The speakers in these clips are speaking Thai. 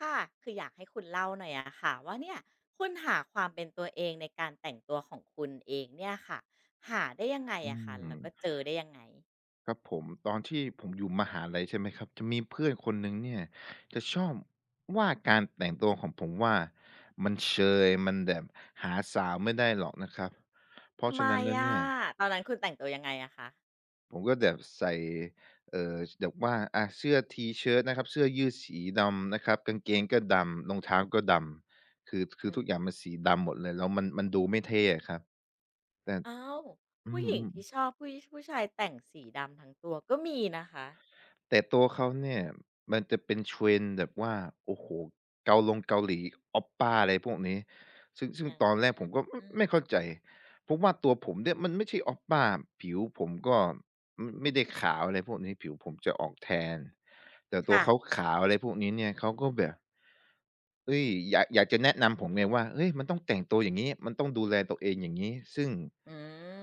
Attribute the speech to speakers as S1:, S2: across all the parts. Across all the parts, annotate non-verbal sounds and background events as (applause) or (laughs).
S1: ค่ะคืออยากให้คุณเล่าหน่อยอะค่ะว่าเนี่ยคุณหาความเป็นตัวเองในการแต่งตัวของคุณเองเนี่ยค่ะหาได้ยังไง
S2: อื
S1: อะค่ะแล้
S2: ม
S1: วก็เจอได้ยังไง
S2: ครับผมตอนที่ผมอยู่มหาลัยใช่ไหมครับจะมีเพื่อนคนหนึ่งเนี่ยจะชอบว่าการแต่งตัวของผมว่ามันเชยมันแบบหาสาวไม่ได้หรอกนะครับเพราะ
S1: ทำไม
S2: ฉะนั้นแล้ว
S1: อะ
S2: เนี่ย
S1: ตอนนั้นคุณแต่งตัวยังไงอะคะ
S2: ผมก็แบบใส่เอ่อแบบว่าเสื้อทีเชิร์ตนะครับเสื้อยืดสีดำนะครับกางเกงก็ดำรองเท้าก็ดำคือคื
S1: อื
S2: อทุกอย่าง
S1: ม
S2: มันสีดำหมดเลยแล้วมันดูไม่เท่อะครับแต่
S1: อ้าว
S2: อื
S1: ผู้หญิง
S2: ม
S1: ที่ช
S2: ๆ
S1: อบผู้ชายแต่งสีดำทั้งตัวก็มีนะคะ
S2: แต่ตัวเขาเนี่ยมันจะเป็น trend แบบว่าโอ้โฮเกาหลี Oppa อะไรพวกนี้ซึ่ง
S1: อ่
S2: ตอนแรก
S1: า
S2: ผมก็อไม่เข้าใจเพราะว่าตัวผมเนี่ยมันไม่ใช่ Oppa ผิวผมก็อมไม่ได้ขาวอะไรพวกนี้ผิวผมจะออกแทนแต่ตัว
S1: ค่ะ
S2: เขาขาวอะไรพวกนี้เนี่ยเขาก็แบบเฮ้ยอยากจะแนะนำผมไงว่าเฮ้ยมันต้องแต่งตัวอย่างงี้มันต้องดูแลตัวเองอย่างงี้ซึ่ง
S1: อื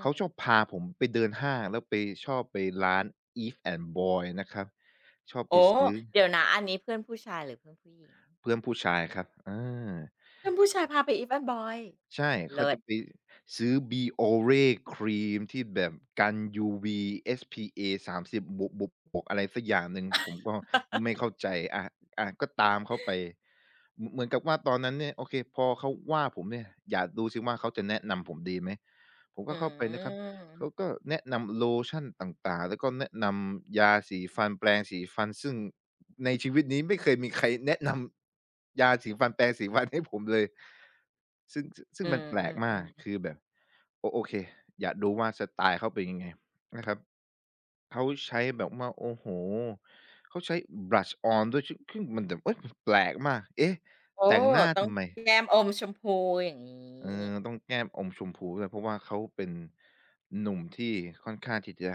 S2: เขาชอบพาผมไปเดินห้างแล้วชอบไปร้าน Eve& Boy นะครับ ชอบไป
S1: โอ้
S2: ซื้อ
S1: เดี๋ยวนะอันนี้เพื่อนผู้ชายหรือเพื่อนผู้หญิง
S2: เพื่อนผู้ชายครับ
S1: เพื่อนผู้ชายพาไปอีฟแอนด์บอย
S2: ใช่เขา
S1: เลิศ
S2: จะไปซื้อ Biore ครีมที่แบบกัน UV SPA 30บวกบวกอะไรสักอย่างหนึ่งผมก็ไม่เข้าใจอาอาก็ตามเขาไปเหมือนกับว่าตอนนั้นเนี่ยโอเคพอเขาว่าผมเนี่ยอยากดูซิว่าเขาจะแนะนำผมดีไหมผม
S1: อื
S2: ก็เข้าไปนะครับเขา
S1: ม
S2: ก็แนะนำโลชั่นต่างๆแล้วก็แนะนำยาสีฟันแปรงสีฟันซึ่ง ในชีวิตนี้ไม่เคยมีใครแนะนำยาสีฟันแปรงสีฟันให้ผมเลยซึ่งซึ่
S1: อื
S2: งมัน
S1: ม
S2: แปล
S1: อื
S2: ก
S1: มอื
S2: มาก
S1: ม
S2: คือแบบโอเคอยากรู้ว่าสไตล์เขาเป็นยังไงนะครับเขาใช้แบบว่าโอ้โฮเขาใช้ blush on ด้วยซึ่งมันแบบเฮ้ยมันแปลกมากเอ๊ะ
S1: โอ้
S2: แต่งหน้า
S1: ต้อง
S2: ทำไม
S1: แก้มอมชมพูอย่าง
S2: เอ
S1: นี้
S2: อต้องแก้มอมชมพูด้วยเพราะว่าเขาเป็นหนุ่มที่ค่อนข้างที่จะ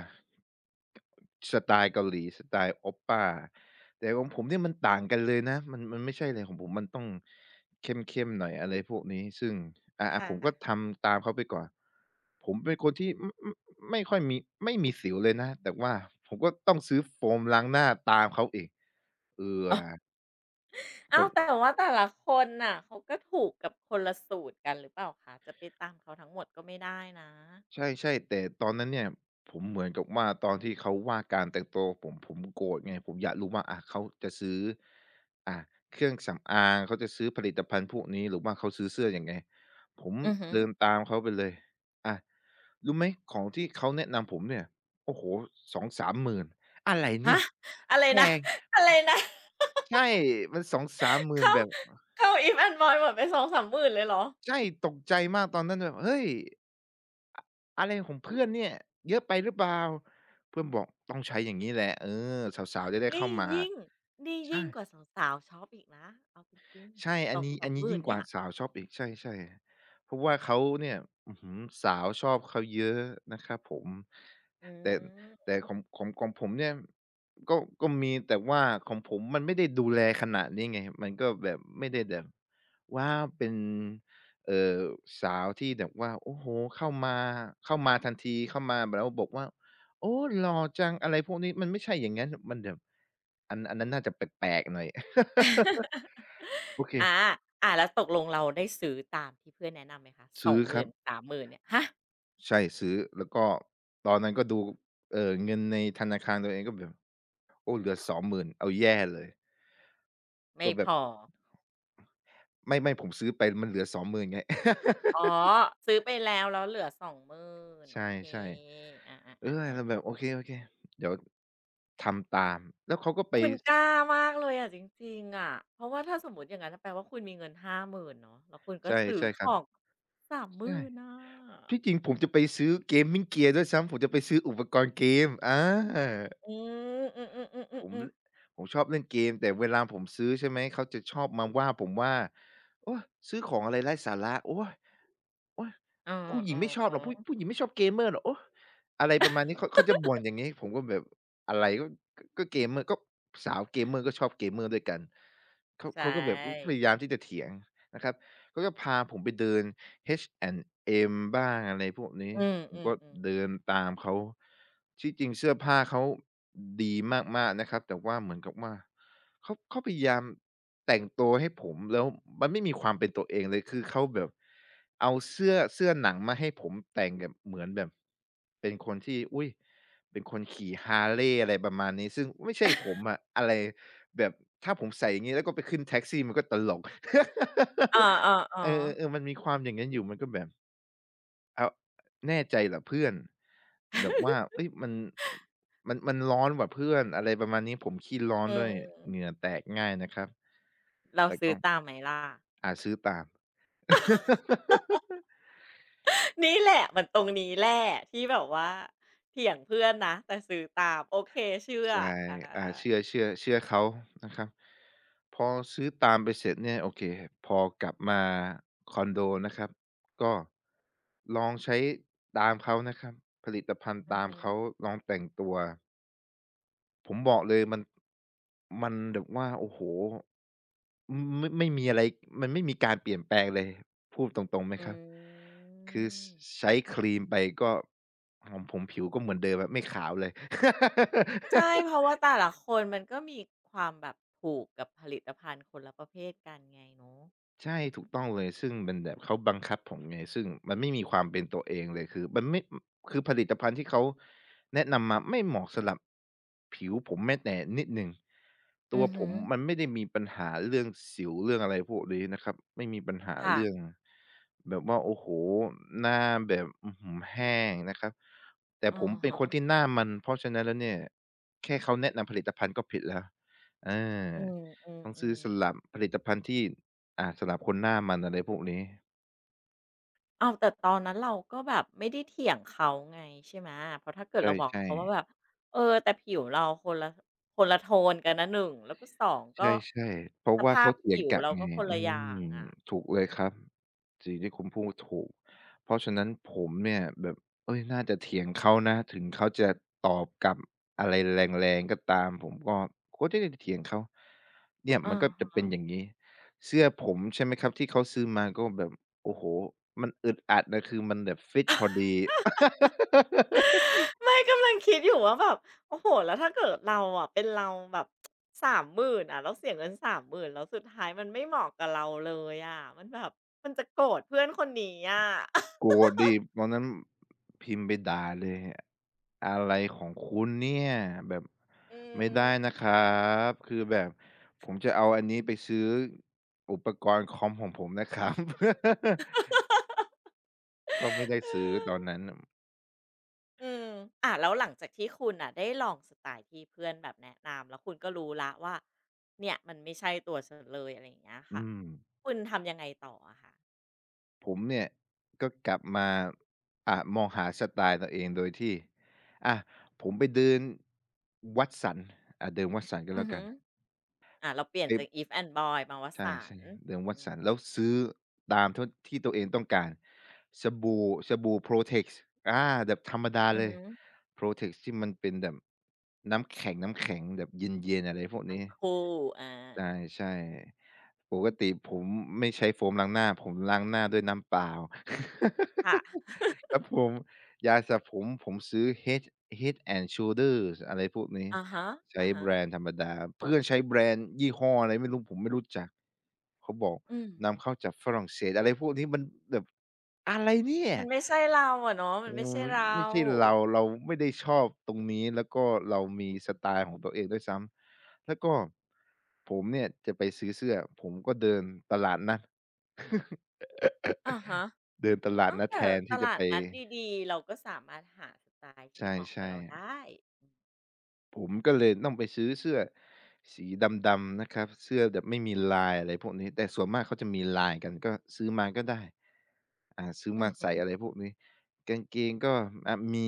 S2: สไตล์เกาหลีสไตล์โอปปาแต่ของผมเนี่ยมันต่างกันเลยนะมันไม่ใช่เลยของผมมันต้องเข้มๆหน่อยอะไรพวกนี้ซึ่งอ่าๆผ
S1: ค่ะ
S2: มก็ทำตามเขาไปก่อนผมเป็นคนที่ออไม่ค่อยมีไม่มีสิวเลยนะแต่ว่าผมก็ต้องซื้อโฟมล้างหน้าตามเขาอีกเออ
S1: อ๋ออ้า
S2: ก็
S1: วแต่ว่าแต่ละคนน่ะเขาก็ถูกกับคนละสูตรกันหรือเปล่าคะจะไปตามเขาทั้งหมดก็ไม่ได้นะ
S2: ใช่ๆแต่ตอนนั้นเนี่ยผมเหมือนกับว่าตอนที่เขาว่าการแต่งตัวผมโกรธไงผมอยากรู้ว่าเขาจะซื้ออ่าเครื่องสำอางเขาจะซื้อผลิตภัณฑ์พวกนี้หรือว่าเขาซื้อเสื้อยังไงผม
S1: อือฮึ
S2: เดินตามเขาไปเลยอ่ารู้ไหมของที่เขาแนะนำผมเนี่ยโอ้โฮสองสามหมื่นอะไรเนี่
S1: ฮะ
S2: ย
S1: อะไร
S2: แพ
S1: นะ
S2: ง
S1: อะไรนะ
S2: ใช่มัน2สาม3มื่น
S1: เข้า
S2: แบบ
S1: เข้า If and Boy หมดไปสองสามหมื่นเลยเหรอ
S2: ใช่ตกใจมากตอนนั้นแบบเฮ้ย อะไรของเพื่อนเนี่ยเยอะไปหรือเปล่าเพื่อนบอกต้องใช้อย่างงี้แหละเออสาวๆจะได้
S1: นี่
S2: เข้ามา
S1: ยิ่งนี่
S2: ใช่
S1: ยิ่งกว่าสาวๆช็อปอีกนะเอาจริง
S2: ใช่
S1: ๆส
S2: อัน
S1: อง
S2: นี้
S1: สา
S2: อั
S1: ม
S2: น
S1: ห
S2: นี้
S1: มื่
S2: ยิ่
S1: น
S2: งก
S1: เนี่
S2: ว่า
S1: ย
S2: สาวช็อปอีกใช่ๆเพราะว่าเขาเนี่ยอื้อฮือสาวชอบเขาเยอะนะครับผม
S1: อื
S2: แต่
S1: ม
S2: แต่ของผมเนี่ยก็ก็มีแต่ว่าของผมมันไม่ได้ดูแลขนาดนี้ไงมันก็แบบไม่ได้แบบว้าวเป็นเอ่อสาวที่แบบว่าโอ้โฮเข้ามาเข้ามาทันทีเข้ามาแล้วบอกว่าโอ้หล่อจังอะไรพวกนี้มันไม่ใช่อย่างงั้นมันแบบอันนั้นน่าจะแปลกๆหน่อย (laughs)
S1: (laughs)
S2: โอเค
S1: อาอ่าแล้วตกลงเราได้ซื้อตามที่เพื่อนแนะนำไหมคะ2
S2: ซื้อครับ
S1: 0 0 0มนสามหมื่นเนี่ยฮะ
S2: ใช่ซื้อแล้วก็ตอนนั้นก็ดูเงินในธนาคารตัวเองก็แบบโอ้เหลือ20,000เอาแย่เลย
S1: ไม่
S2: ก็แบ
S1: พ
S2: บ
S1: อ
S2: ไม่ผมซื้อไปมันเหลือ20,000ไง
S1: อ๋อ
S2: (laughs)
S1: ซื้อไปแล้วแล้วเหลือสองหมื่นโอ
S2: ใช่
S1: เคอาอ่า
S2: ๆเออ
S1: อ่าอ่า
S2: เราแบบโอเคๆเดี๋ยวทำตามแล้วเขาก็ไป
S1: คุณกล้ามากเลยอะจริงๆอะเพราะว่าถ้าสมมุติอย่างนั้นแปลว่าคุณมีเงิน5 0 0 0นเนาะแล้วคุณก็
S2: ใช่
S1: ซื้อ
S2: ใช่
S1: ข
S2: ครั
S1: อ
S2: บ
S1: งสามหมื่
S2: ใช่
S1: นอ่ะ
S2: ที่จริงผมจะไปซื้อ Gaming Gear ด้วยซ้ำผมจะไปซื้ออุปกรณ์เกม
S1: อืมอืมอืมอื
S2: ผ
S1: ม
S2: ม
S1: อม
S2: ผมชอบเล่นเกมแต่เวลาผมซื้อใช่ไหมเขาจะชอบมาว่าผมว่าโอ๊ยซื้อของอะไรไร้สาระโอ๊ยโอ๊ยผู้หญิงไม่ชอ
S1: อ
S2: บหรอกผู้
S1: ๆๆ
S2: ผู้หญิงไม่ชอบ gamer หรอกโอ๊ยอะไรประมาณนี้เขาจะบ่นอย่างงี้ผมก็แบบอะไรก็ gamer ก็สาว gamer ก็ชอบ gamer ด้วยกันเขา
S1: ใช
S2: เขาก็แบบอือพ
S1: ่
S2: ยายามที่จะเถียงนะครับเขาก็พาผมไปเดิน H&M บ้างอะไรพวกนี้
S1: อืม
S2: ผม
S1: อืม
S2: ก็
S1: อม
S2: เดินตามเขาที่จริงเสื้อผ้าเขา ดีมากๆนะครับแต่ว่าเหมือนกับว่าเขาพยายามแต่งตัวให้ผมแล้วมันไม่มีความเป็นตัวเองเลยคือเขาแบบเอาเสื้อหนังมาให้ผมแต่งแบบเหมือนแบบเป็นคนที่อุ๊ยเป็นคนขี่ Harley อะไรประมาณนี้ซึ่งไม่ใช่ผมอะอะไรแบบถ้าผมใส่อย่างงี้แล้วก็ไปขึ้นแท็กซี่มันก็ตลก (laughs)
S1: อๆๆอออ๋อ
S2: เออๆๆมันมีความอย่างงั้นอยู่มันก็แบบ เอาแน่ใจเหรอเพื่อนแบบว่าเฮ้ยมันมันร้อนว่ะเพื่อนอะไรประมาณนี้ผมขี้ร้อน
S1: อื
S2: ด้วยเหงื่อ
S1: ม
S2: แตกง่ายนะครับ
S1: เรา
S2: แต่
S1: ซื้
S2: ก็
S1: อตามไหมล่ะ
S2: อาซื้อตาม (laughs)
S1: (laughs) นี่แหละมันตรงนี้แหละที่แบบว่าเถียงเพื่อนนะแต่ซื้อตามโอเคเชื่อ
S2: ใช่
S1: อา
S2: อาเชื่อเขานะครับพอซื้อตามไปเสร็จเนี่ยโอเคพอกลับมาคอนโดนะครับก็ลองใช้ตามเขานะครับผลิตภัณฑ์
S1: อือ
S2: ตาม
S1: หือ
S2: เขาลองแต่งตัว ผมบอกเลยมันแบบว่าโอ้โฮไม่มีอะไรมันไม่มีการเปลี่ยนแปลงเลยพูดตรงๆไหม
S1: อ
S2: ครับ
S1: ื
S2: คือช
S1: ม
S2: ใช้ครีมไปก็ของผมผิวก็เหมือนเดิมอะไม่ขาวเลย
S1: ใช่เพราะว่าแต่ละคนมันก็มีความแบบถูกกับผลิตภัณฑ์คนละประเภทกันไงเนาะ
S2: ใช่ถูกต้องเลยซึ่งมันแบบเขาบังคับผมไงซึ่งมันไม่มีความเป็นตัวเองเลยคือมันไม่คือผลิตภัณฑ์ที่เขาแนะนำมาไม่เหมาะสำหรับผิวผมแม้แต่นิดหนึ่งตั
S1: อื
S2: ว
S1: อ
S2: ผ
S1: หืึ
S2: มมันไม่ได้มีปัญหาเรื่องสิวเรื่องอะไรพวกนี้นะครับไม่มีปัญหา
S1: ค่ะ
S2: เรื่องแบบว่าโอ้โฮหน้าแบบอื้อฮือแห้งนะครับแต่
S1: อ
S2: ผม
S1: อ
S2: เป็น
S1: ฮะ
S2: คนที่หน้ามันเพราะฉะนั้นแล้วเนี่ยแค่เขาแนะนำผลิตภัณฑ์ก็ผิดแล้วอา
S1: อื
S2: ต้องซื้อ
S1: ม
S2: สำห
S1: ๆ
S2: รับ
S1: ๆ
S2: ผลิตภัณฑ์ที่ อาสำหรับคนหน้ามันอะไรพวกนี้
S1: อ้าวแต่ตอนนั้นเราก็แบบไม่ได้เถียงเขาไงใช่ไหมเพราะถ้าเกิด
S2: ใ
S1: เราบอก
S2: ช่
S1: เขา
S2: ๆ
S1: ว่าแบบเออแต่ผิวเราคนละคนละโทนกันนะหนึ่งแล้วก็สอง
S2: ใ
S1: ก็
S2: ช่ๆเพราะ
S1: ส
S2: ว่า
S1: ภา
S2: เขา
S1: พ
S2: เถีย
S1: ผิ
S2: ง
S1: ว
S2: กลับ
S1: เรา
S2: ไง
S1: ก็คน
S2: อื
S1: ละอย่าง
S2: ม
S1: อะอื
S2: ถูกเล
S1: ม
S2: ยครับสิ่งที่คุณพูดถูกเพราะฉะนั้นผมเนี่ยแบบเฮ้ยน่าจะเถียงเขานะถึงเขาจะตอบกลับอะไรแรงๆก็ตามผมก็ก็จะได้เถียงเขาเนี่ย
S1: อะ
S2: มันก็จะเป็น
S1: ฮะ
S2: อย่างงี้เสื้อผมใช่ไหมครับที่เขาซื้อมาก็แบบโอ้โฮมันอึดอัดนะคือมันแบบฟิตพอดี
S1: ไม่กำลังคิดอยู่ว่าแบบโอ้โฮแล้วถ้าเกิดเราอะเป็นเราแบบสามหมื่นอะแล้วเสียเงินสามหมื่นแล้วสุดท้ายมันไม่เหมาะกับเราเลยอะมันแบบมันจะโกรธเพื่อนคนนี้อะ (laughs)
S2: โกรธดิตอนนั้นพิมพ์ไปด่าเลยอะไรของคุณเนี่ยแบบ
S1: อื
S2: ไม่
S1: ม
S2: ได้นะครับคือแบบผมจะเอาอันนี้ไปซื้ออุปกรณ์คอมของผมนะครับ (laughs) ก็ไม่ได้ซื้อตอนนั้น
S1: อืมอ่ะแล้วหลังจากที่คุณน่ะได้ลองสไตล์ที่เพื่อนแบบแนะนำแล้วคุณก็รู้แล้วว่าเนี่ยมันไม่ใช่ตัวฉันเลยอะไรอย่างเงี้ย
S2: อื
S1: ค่ะ
S2: ม
S1: คุณทำยังไงต่ออะคะ
S2: ผมเนี่ยก็กลับมาอะมองหาสไตล์ตัวเองโดยที่อะผมไปเดินวัดสันอ่ะเดินวัดสันก็
S1: อือ
S2: แล้ว
S1: ฮึ
S2: กัน
S1: อ่าเราเปลี่ยนจาก
S2: ไป
S1: Eve and Boy มาว
S2: ใช่
S1: สันต์
S2: ๆเดิม
S1: อืม
S2: Watson แล้วซื้อตามทดที่ตัวเองต้องการสบู่สบู่ Protex อาแบบธรรมดา
S1: อือ
S2: เลย
S1: ฮึ
S2: Protex ที่มันเป็นแบบน้ำแข็งๆแบบเย็นๆอะไรพวก
S1: อ่า
S2: นี้
S1: คู่อา
S2: ใช่ๆปกติผมไม่ใช้โฟมล้างหน้าผมล้างหน้าด้วยน้ำเปล่า
S1: ค่ะ
S2: (laughs) ครับผมยาสระผมผมซื้อ Head and Shoulders อะไรพวกนี้
S1: อะฮะ
S2: ใช้แบรนด์ธ
S1: ๆ
S2: รรมดาเพื่อนใช้แบรนด์ยี่ห้ออะไรไม่รู้ผมไม่รู้จักเขาบอก
S1: อืม
S2: นำเข้าจากฝรั่งเศสอะไรพวกนี้มันแบบอะไรเนี่ย
S1: มันไม่ใช่เราอะเนาะมั
S2: เออ
S1: นไม่ใช่
S2: มัน
S1: เรา
S2: ไม่ใช่เราไม่ได้ชอบตรงนี้แล้วก็เรามีสไตล์ของตัวเองด้วยซ้ำแล้วก็ ผมเนี่ยจะไปซื้อเสื้อผมก็เดินตลาดนัด (laughs)
S1: อะฮะ
S2: เดินตลาด
S1: อ้าว
S2: นัด
S1: แต่
S2: แทน
S1: ต
S2: ที่จะ
S1: ลาด
S2: ไป
S1: นัดดีๆเราก็สามารถหาสไตล์ที่เหมาะกับ
S2: ใช่
S1: เรา
S2: ๆ
S1: ได้
S2: ผมก็เลยต้องไปซื้อเสื้อสีดำๆนะครับเสื้อแบบไม่มีลายอะไรพวกนี้แต่ส่วนมากเขาจะมีลายกันก็ซื้อมาก็ได้อ่าซื้อ
S1: อื
S2: มา
S1: อฮึ
S2: ใส่อะไรพวกนี้กางเกงก็อ่ามี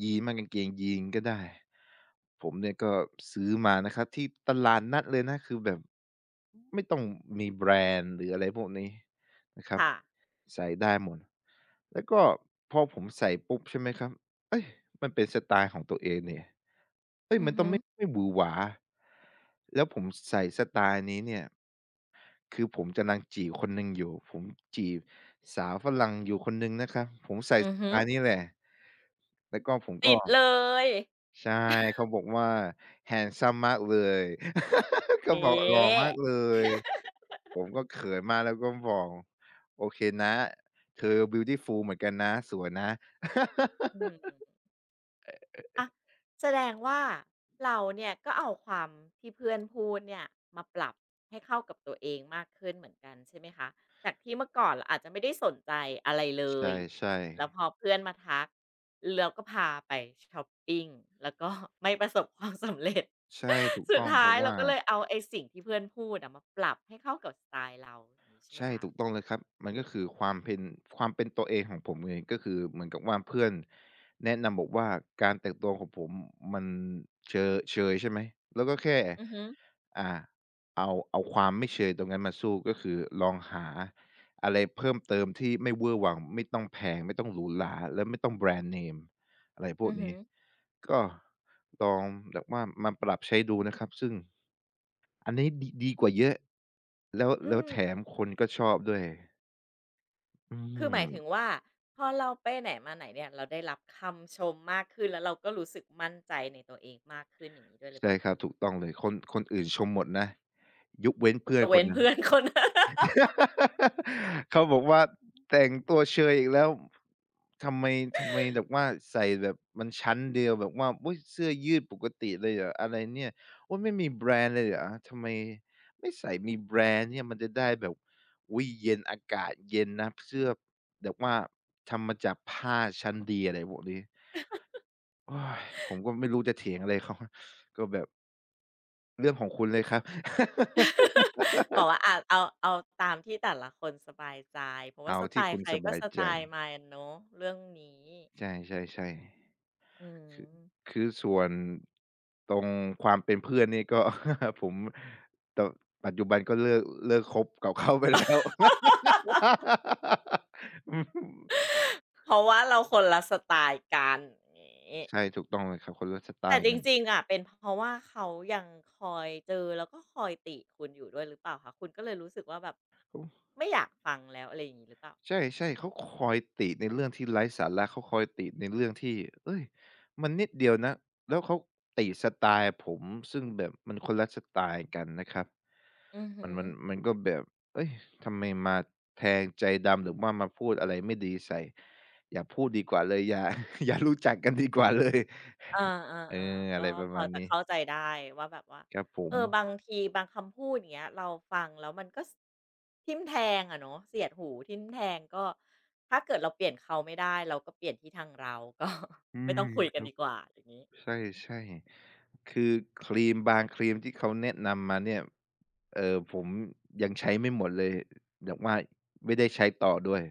S2: ยีนส์บ้างกางเกงยีนส์ก็ได้ผมเนี่ยก็ซื้อมานะครับที่ตลาดนัดเลยนะคือแบบไม่ต้องมีแบรนด์หรืออะไรพวกนี้นะครับ
S1: ค่ะ
S2: ใส่ได้หมดแล้วก็พอผมใส่ปุ๊บใช่ไหมครับเฮ้ยมันเป็นสไตล์ของตัวเองนี่ เฮ้ย
S1: อือ
S2: มันต้อ
S1: ฮึ
S2: งไม่หวือหวาแล้วผมใส่สไตล์นี้เนี่ย คือผมกำลังจีบคนหนึ่งอยู่ ผมจีบสาวฝรั่งอยู่คนหนึ่งนะครับผมใส่
S1: อื
S2: ส
S1: อ
S2: ไต
S1: ฮึ
S2: ล์นี้แหละ แล้วก็ผม
S1: ติ
S2: ก็
S1: ดเลย
S2: ใช่เขาบอกว่า "Handsome มากเลย (laughs) ก็บอก
S1: นี่
S2: หล่อมากเลย ผมก็เขินมากแล้วก็บอกโอเคนะเธอ Beautiful เหมือนกันนะสวยนะ
S1: อืม
S2: (laughs)
S1: อะแสดงว่าเราเนี่ยก็เอาความที่เพื่อนพูดเนี่ยมาปรับให้เข้ากับตัวเองมากขึ้นเหมือนกันใช่ไหมคะ จากที่เมื่อก่อนเราอาจจะไม่ได้สนใจอะไรเล
S2: ใ
S1: ย
S2: ช่
S1: แล้วพ
S2: ๆ
S1: อเพื่อนมาทักเราก็พาไปชอปปิงแล้วก็ไม่ประสบความสำเร็จ
S2: ใช่ถูก
S1: (laughs) สุด
S2: ต้องเพ
S1: ท้าย
S2: ราะ
S1: เรา
S2: ว่า
S1: ก็เลยเอาไอ้สิ่งที่เพื่อนพูดอะมาปรับให้เข้ากับสไตล์เราอย่างงี้ใช่ไหม
S2: ใช่
S1: คะ
S2: ถูกต้องเลยครับ มันก็คือความเป็นตัวเองของผมเลยก็คือเหมือนกับว่าเพื่อนแนะนำบอกว่าการแต่งตัวของผมมันเชอเชยใช่ไหมแล้วก็แค่
S1: อือฮึ
S2: อ่าเอาความไม่เชยตรงนั้นมาสู้ก็คือลองหาอะไรเพิ่มเติมที่ไม่เวอร์หวังไม่ต้องแพงไม่ต้องหรูหราและไม่ต้องแบรนด์เนมอะไรพว
S1: อื
S2: ก
S1: อฮึ
S2: นี้ก็ลองแบบว่ามาปรับใช้ดูนะครับซึ่งอันนี้ดีกว่าเยอะแล้ว
S1: อื
S2: แล้ว
S1: ม
S2: แถมคนก็ชอบด้วย อื
S1: คือหมายถึง
S2: ม
S1: ว่าพอเราไปไหนมาไหนเนี่ยเราได้รับคำชมมากขึ้นแล้วเราก็รู้สึกมั่นใจในตัวเองมากขึ้นอย่างงี้ด้วยหรือเป
S2: ใช่
S1: ล่า
S2: ค
S1: คะ
S2: รับถูกต้องเลยคนอื่นชมหมดนะยกเว้นเพื่
S1: ย
S2: อน
S1: ก
S2: ค
S1: เว้
S2: น
S1: น
S2: นั้น
S1: เพื่อนคน
S2: (laughs) เขาบอกว่าแต่งตัวเชยอีกแล้วทำไมแบบว่าใส่แบบมันชั้นเดียวแบบว่าอุ๊ยเสื้อยืดปกติเลยเหรออะไรเนี่ยโอ้ยไม่มีแบรนด์เลยเหรอทำไมไม่ใส่มีแบรนด์เนี่ยมันจะได้แบบอุยเย็นอากาศเย็นนะเสื้อแบบว่าทำมาจากผ้าชั้นดีอะไรพวกนี้โอยผมก็ไม่รู้จะเถียงอะไรเขา (laughs) ก็แบบ เรื่องของคุณเลยครับ (laughs)
S1: (laughs) บอกว่าอาเอาเอาตามที่แต่ละคนสบายใจเพราะว่า
S2: เอา
S1: สไต
S2: ที่
S1: ล์
S2: คุณ
S1: ใคร
S2: ส
S1: ก็
S2: บาย
S1: สไต
S2: ใจ
S1: ล์มันเนาะเรื่องนี้
S2: ใช่
S1: อื
S2: ๆๆคือ
S1: ม
S2: คือส่วนตรงความเป็นเพื่อนนี่ก็ (laughs) ผมตปัจจุบันก็เลิกคบกับเขาไปแล้ว (laughs)
S1: เพราะว่าเราคนละสไตล์กันอย่างงี้
S2: ใช่ถูกต้องเลยครับคนละสไต
S1: แต่
S2: ล์
S1: จ
S2: กัน
S1: ริงๆอะเป็นเพราะว่าเขายังคอยเจอแล้วก็คอยติคุณอยู่ด้วยหรือเปล่าคะคุณก็เลยรู้สึกว่าแบบไม่อยากฟังแล้วอะไรอย่างงี้หรือเปล่า
S2: ใช่ๆเขาคอยติในเรื่องที่ไร้สาระเขาคอยติในเรื่องที่เฮ้ยมันนิดเดียวนะแล้วเขาติสไตล์ผมซึ่งแบบมันคนละสไตล์กันนะครับ
S1: อือ
S2: มั
S1: ฮึ
S2: นมันมันก็แบบเฮ้ยทำไมมาแทงใจดำหรือว่ามาพูดอะไรไม่ดีใส่อย่าพูดดีกว่าเลยอย่า (laughs) อย่ารู้จักกันดีกว่าเลย
S1: เอา
S2: เออ
S1: ๆๆ
S2: อะ
S1: ก็
S2: ไรประ
S1: พอ
S2: มาณ
S1: จะ
S2: นี้
S1: เข้าใจได้ว่าแบบว่า
S2: ครับผ
S1: เอ
S2: ม
S1: อบางทีบางคำพูดอย่างเงี้ยเราฟังแล้วมันก็สทิ่มแทงอะเนาะเสียดหูทิ่มแทงก็ถ้าเกิดเราเปลี่ยนเขาไม่ได้เราก็เปลี่ยนที่ทางเรา (laughs) ก็
S2: อื
S1: ไม่ต้อ
S2: ม
S1: งคุย
S2: ค
S1: กัน
S2: รับ
S1: ดีกว่าอย่างงี้
S2: ใช
S1: อืม
S2: ่ๆคือครีมบางครีมที่เขาแนะนำมาเนี่ยผมยังใช้ไม่หมดเลยแบบว่าไม่ได้ใช้ต่อด้วย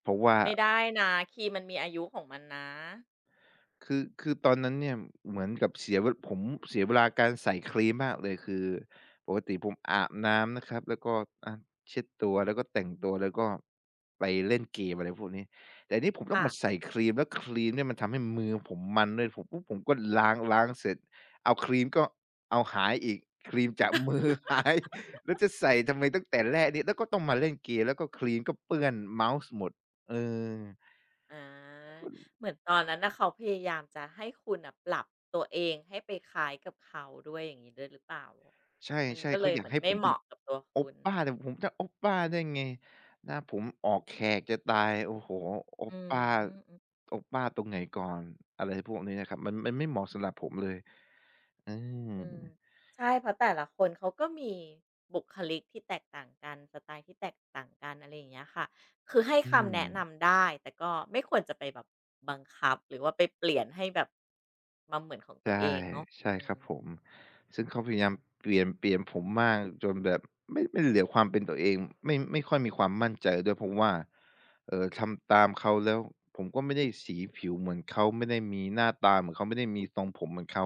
S2: เพราะว่า
S1: ไม่ได้นะคีย์มันมีอายุของมันนะ
S2: คือตอนนั้นเนี่ยเหมือนกับเสียเวลาการใส่ครีมมากเลยคือปกติผมอาบน้ำนะครับแล้วก็อาเช็ดตัวแล้วก็แต่งตัวแล้วก็ไปเล่นเกมอะไรพวกนี้แต่อันนี้ผมต้อง
S1: ค่ะ
S2: มาใส่ครีมแล้วครีมเนี่ยมันทำให้มือผมมันด้วยผมปุ๊บผมก็ล้างเสร็จเอาครีมก็เอาหายอีกครีมจากมือหาย (laughs) แล้วจะใส่ทำไมตั้งแต่แรกเนี่ยแล้วก็ต้องมาเล่นเกมแล้วก็ครีมก็เปื้อนเมาส์หมดเออ
S1: อาเหมือนตอนนั้นน่ะเขาพยายามจะให้คุณน่ะปรับตัวเองให้ไปคล้ายกับเขาด้วยอย่างงี้ด้วยหรือเปล่า
S2: ใช
S1: มัน
S2: ่
S1: ก็
S2: ๆ
S1: เล
S2: เขา
S1: ย
S2: อ
S1: เห
S2: ยาก
S1: มือน
S2: ให้ผ
S1: ไม่
S2: ม
S1: เห
S2: เป็น
S1: มาะกับตัว
S2: โอ
S1: คุ
S2: ป
S1: ณ
S2: ป้าแต่ผมจะโอปป้าได้ไงหน้าผมออกแขกจะตายโอ้โฮโอป
S1: อื
S2: ป้า
S1: ม
S2: โอปป้าตรงไหนก่อนอะไรพวกนี้นะครับมันไม่เหมาะสำหรับผมเลย
S1: อืมๆใช่เพราะแต่ละคนเขาก็มีบุคลิกที่แตกต่างกันสไตล์ที่แตกต่างกันอะไรอย่างเงี้ยค่ะคือให้
S2: อืมอื
S1: คำแนะ
S2: ม
S1: นำได้แต่ก็ไม่ควรจะไปแบบบังคับหรือว่าไปเปลี่ยนให้แบบมาเหมือนของตัว
S2: ใช่
S1: เองเนาะ
S2: ใช่
S1: อื
S2: ครับ
S1: ม
S2: ผมซึ่งเขาพยายามเปลี่ยนผมมากจนแบบไม่เหลือความเป็นตัวเองไม่ค่อยมีความมั่นใจด้วยเพราะว่าทำตามเขาแล้วผมก็ไม่ได้สีผิวเหมือนเขาไม่ได้มีหน้าตาเหมือนเขาไม่ได้มีทรงผมเหมือนเขา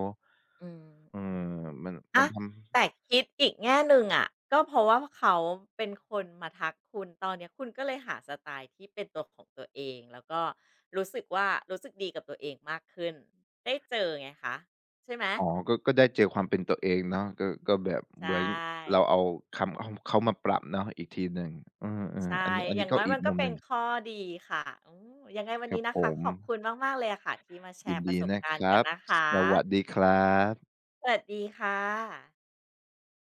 S1: อืม
S2: เอ่อมันมั
S1: อะ
S2: น
S1: แต่คิดอีกแง่หนึ่งอะก็เพราะว่าเขาเป็นคนมาทักคุณตอนเนี้ยคุณก็เลยหาสไตล์ที่เป็นตัวของตัวเองแล้วก็รู้สึกว่ารู้สึกดีกับตัวเองมากขึ้นได้เจอไงคะใช่ไหม
S2: อ๋อก็ก็ได้เจอความเป็นตัวเองเนาะก็ก็แบบ
S1: ใช
S2: เหมือน
S1: ่
S2: เราเอาคำเอาเขามาปรับเนาะอีกทีหนึ่งเออ
S1: ใช่
S2: ๆอันนี้อัน
S1: อย่า
S2: นี้
S1: ง
S2: ก็
S1: น้อย
S2: อี
S1: มั
S2: ก
S1: นก็
S2: มุม
S1: เป็
S2: ห
S1: น
S2: นึ่ง
S1: ข้อดีค่ะอืมยังไงวัน
S2: ครั
S1: นี้
S2: บ
S1: นะ
S2: ผ
S1: คะ
S2: ม
S1: ขอบคุณมากๆเลยอะค่ะที่มาแช
S2: ยิน
S1: ร์ประ
S2: ดี
S1: สบ
S2: นะ
S1: กา
S2: ค
S1: รณ์กั
S2: รั
S1: น
S2: บ
S1: นะคะ
S2: สวัสดีครับ
S1: สวัสดีค่ะ